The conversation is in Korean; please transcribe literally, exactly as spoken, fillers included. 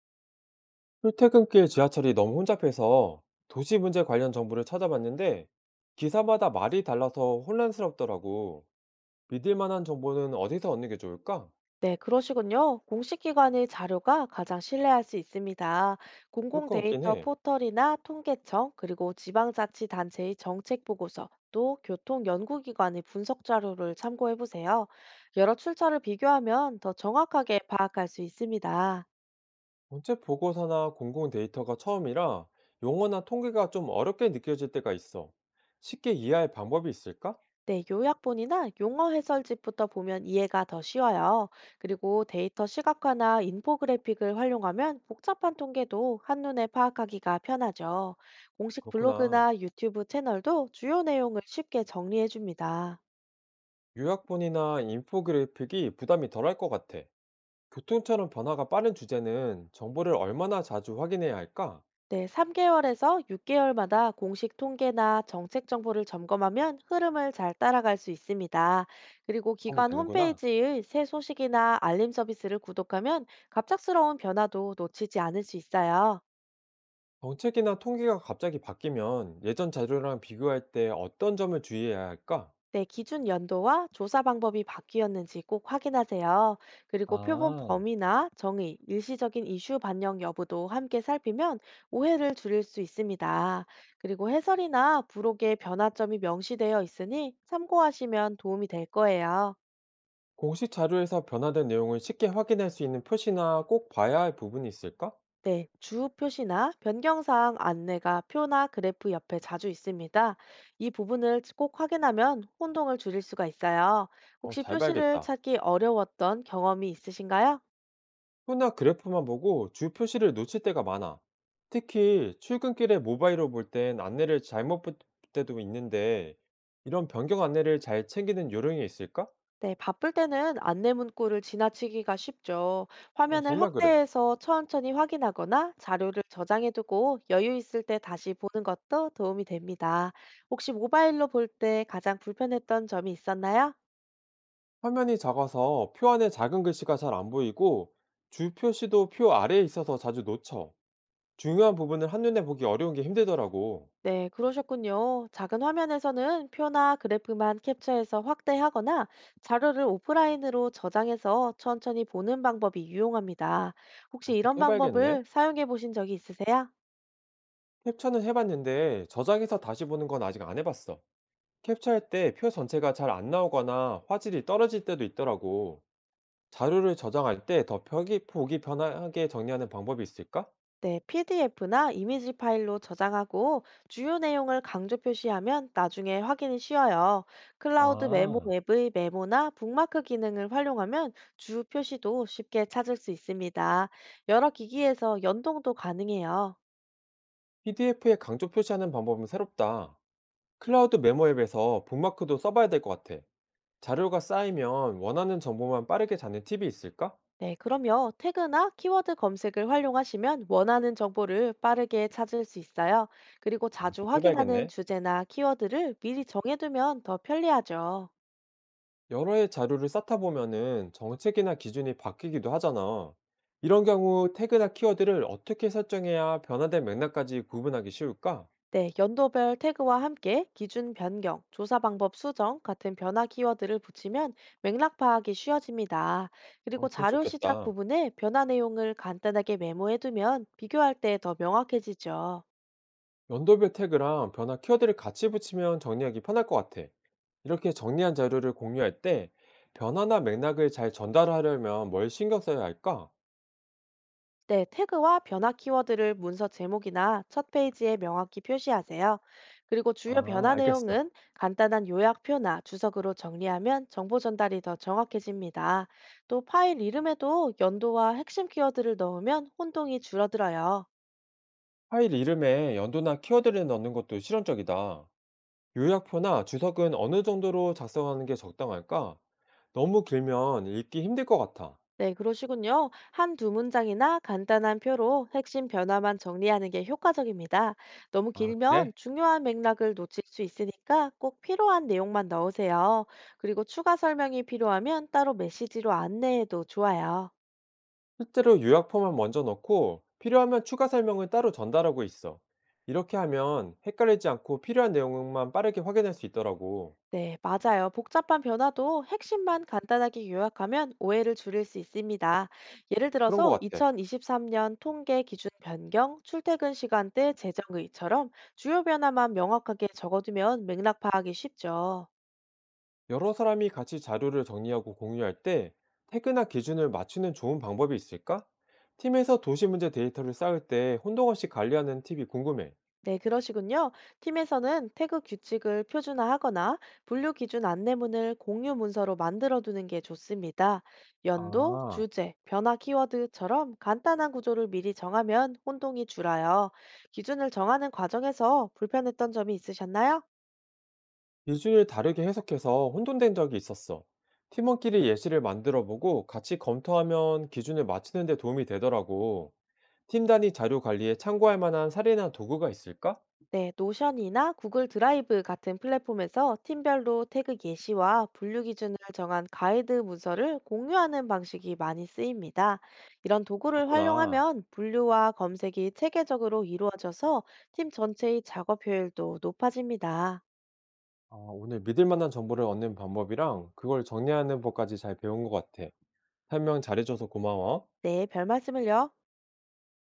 출퇴근길 지하철이 너무 혼잡해서 도시 문제 관련 정보를 찾아봤는데 기사마다 말이 달라서 혼란스럽더라고. 믿을 만한 정보는 어디서 얻는 게 좋을까? 네, 그러시군요. 공식 기관의 자료가 가장 신뢰할 수 있습니다. 그럴 공공 것 같긴 데이터 해. 포털이나 통계청, 그리고 지방자치단체의 정책 보고서, 또 교통연구기관의 분석 자료를 참고해 보세요. 여러 출처를 비교하면 더 정확하게 파악할 수 있습니다. 언제 보고서나 공공 데이터가 처음이라 용어나 통계가 좀 어렵게 느껴질 때가 있어. 쉽게 이해할 방법이 있을까? 네, 요약본이나 용어 해설집부터 보면 이해가 더 쉬워요. 그리고 데이터 시각화나 인포그래픽을 활용하면 복잡한 통계도 한눈에 파악하기가 편하죠. 공식 그렇구나. 블로그나 유튜브 채널도 주요 내용을 쉽게 정리해줍니다. 요약본이나 인포그래픽이 부담이 덜할 것 같아. 교통처럼 변화가 빠른 주제는 정보를 얼마나 자주 확인해야 할까? 네, 삼 개월에서 육 개월마다 공식 통계나 정책 정보를 점검하면 흐름을 잘 따라갈 수 있습니다. 그리고 하면 기관 되는구나. 홈페이지의 새 소식이나 알림 서비스를 구독하면 갑작스러운 변화도 놓치지 않을 수 있어요. 정책이나 통계가 갑자기 바뀌면 예전 자료랑 비교할 때 어떤 점을 주의해야 할까? 네, 기준 연도와 조사 방법이 바뀌었는지 꼭 확인하세요. 그리고 표본 아, 범위나 정의, 일시적인 이슈 반영 여부도 함께 살피면 오해를 줄일 수 있습니다. 그리고 해설이나 부록에 변화점이 명시되어 있으니 참고하시면 도움이 될 거예요. 공식 자료에서 변화된 내용을 쉽게 확인할 수 있는 표시나 꼭 봐야 할 부분이 있을까? 네, 주 표시나 변경사항 안내가 표나 그래프 옆에 자주 있습니다. 이 부분을 꼭 확인하면 혼동을 줄일 수가 있어요. 어, 혹시 잘 표시를 봐야겠다. 찾기 어려웠던 경험이 있으신가요? 표나 그래프만 보고 주 표시를 놓칠 때가 많아. 특히 출근길에 모바일로 볼 땐 안내를 잘못 볼 때도 있는데 이런 변경 안내를 잘 챙기는 요령이 있을까? 네, 바쁠 때는 안내 문구를 지나치기가 쉽죠. 어, 화면을 정말 그래. 확대해서 천천히 확인하거나 자료를 저장해두고 여유 있을 때 다시 보는 것도 도움이 됩니다. 혹시 모바일로 볼 때 가장 불편했던 점이 있었나요? 화면이 작아서 표 안에 작은 글씨가 잘 안 보이고 주 표시도 표 아래에 있어서 자주 놓쳐. 중요한 부분을 한눈에 보기 어려운 게 힘들더라고. 네, 그러셨군요. 작은 화면에서는 표나 그래프만 캡처해서 확대하거나 자료를 오프라인으로 저장해서 천천히 보는 방법이 유용합니다. 혹시 아, 이런 그렇게 해봐야겠네. 방법을 사용해 보신 적이 있으세요? 캡처는 해봤는데 저장해서 다시 보는 건 아직 안 해봤어. 캡처할 때 표 전체가 잘 안 나오거나 화질이 떨어질 때도 있더라고. 자료를 저장할 때 더 보기 편하게 정리하는 방법이 있을까? 네, 피디에프나 이미지 파일로 저장하고 주요 내용을 강조 표시하면 나중에 확인이 쉬워요. 클라우드 메모 아, 앱의 메모나 북마크 기능을 활용하면 주 표시도 쉽게 찾을 수 있습니다. 여러 기기에서 연동도 가능해요. 피디에프에 강조 표시하는 방법은 새롭다. 클라우드 메모 앱에서 북마크도 써봐야 될 것 같아. 자료가 쌓이면 원하는 정보만 빠르게 잡는 팁이 있을까? 네, 그럼요. 태그나 키워드 검색을 활용하시면 원하는 정보를 빠르게 찾을 수 있어요. 그리고 아, 자주 그것도 확인하는 해봐야겠네. 주제나 키워드를 미리 정해두면 더 편리하죠. 여러 해 자료를 쌓다 보면은 정책이나 기준이 바뀌기도 하잖아. 이런 경우 태그나 키워드를 어떻게 설정해야 변화된 맥락까지 구분하기 쉬울까? 네, 연도별 태그와 함께 기준 변경, 조사 방법 수정 같은 변화 키워드를 붙이면 맥락 파악이 쉬워집니다. 그리고 어, 그거 자료 시작 좋겠다. 부분에 변화 내용을 간단하게 메모해두면 비교할 때 더 명확해지죠. 연도별 태그랑 변화 키워드를 같이 붙이면 정리하기 편할 것 같아. 이렇게 정리한 자료를 공유할 때 변화나 맥락을 잘 전달하려면 뭘 신경 써야 할까? 네, 태그와 변화 키워드를 문서 제목이나 첫 페이지에 명확히 표시하세요. 그리고 주요 아, 변화 알겠어. 내용은 간단한 요약표나 주석으로 정리하면 정보 전달이 더 정확해집니다. 또 파일 이름에도 연도와 핵심 키워드를 넣으면 혼동이 줄어들어요. 파일 이름에 연도나 키워드를 넣는 것도 실용적이다. 요약표나 주석은 어느 정도로 작성하는 게 적당할까? 너무 길면 읽기 힘들 것 같아. 네, 그러시군요. 한 두 문장이나 간단한 표로 핵심 변화만 정리하는 게 효과적입니다. 너무 아, 길면 그래? 중요한 맥락을 놓칠 수 있으니까 꼭 필요한 내용만 넣으세요. 그리고 추가 설명이 필요하면 따로 메시지로 안내해도 좋아요. 실제로 요약표만 먼저 넣고 필요하면 추가 설명을 따로 전달하고 있어. 이렇게 하면 헷갈리지 않고 필요한 내용만 빠르게 확인할 수 있더라고. 네, 맞아요. 복잡한 변화도 핵심만 간단하게 요약하면 오해를 줄일 수 있습니다. 예를 그런 것 들어서 같아. 이천이십삼 년 통계 기준 변경, 출퇴근 시간대 재정 의처럼 주요 변화만 명확하게 적어두면 맥락 파악이 쉽죠. 여러 사람이 같이 자료를 정리하고 공유할 때 퇴근나 기준을 맞추는 좋은 방법이 있을까? 팀에서 도시 문제 데이터를 쌓을 때 혼동 없이 관리하는 팁이 궁금해. 네, 그러시군요. 팀에서는 태그 규칙을 표준화하거나 분류 기준 안내문을 공유 문서로 만들어두는 게 좋습니다. 연도, 아, 주제, 변화 키워드처럼 간단한 구조를 미리 정하면 혼동이 줄어요. 기준을 정하는 과정에서 불편했던 점이 있으셨나요? 기준을 다르게 해석해서 혼돈된 적이 있었어. 팀원끼리 예시를 만들어 보고 같이 검토하면 기준을 맞추는 데 도움이 되더라고. 팀 단위 자료 관리에 참고할 만한 사례나 도구가 있을까? 네, 노션이나 구글 드라이브 같은 플랫폼에서 팀별로 태그 예시와 분류 기준을 정한 가이드 문서를 공유하는 방식이 많이 쓰입니다. 이런 도구를 그렇구나. 활용하면 분류와 검색이 체계적으로 이루어져서 팀 전체의 작업 효율도 높아집니다. 아, 오늘 믿을 만한 정보를 얻는 방법이랑 그걸 정리하는 법까지 잘 배운 것 같아. 설명 잘해줘서 고마워. 네, 별 말씀을요.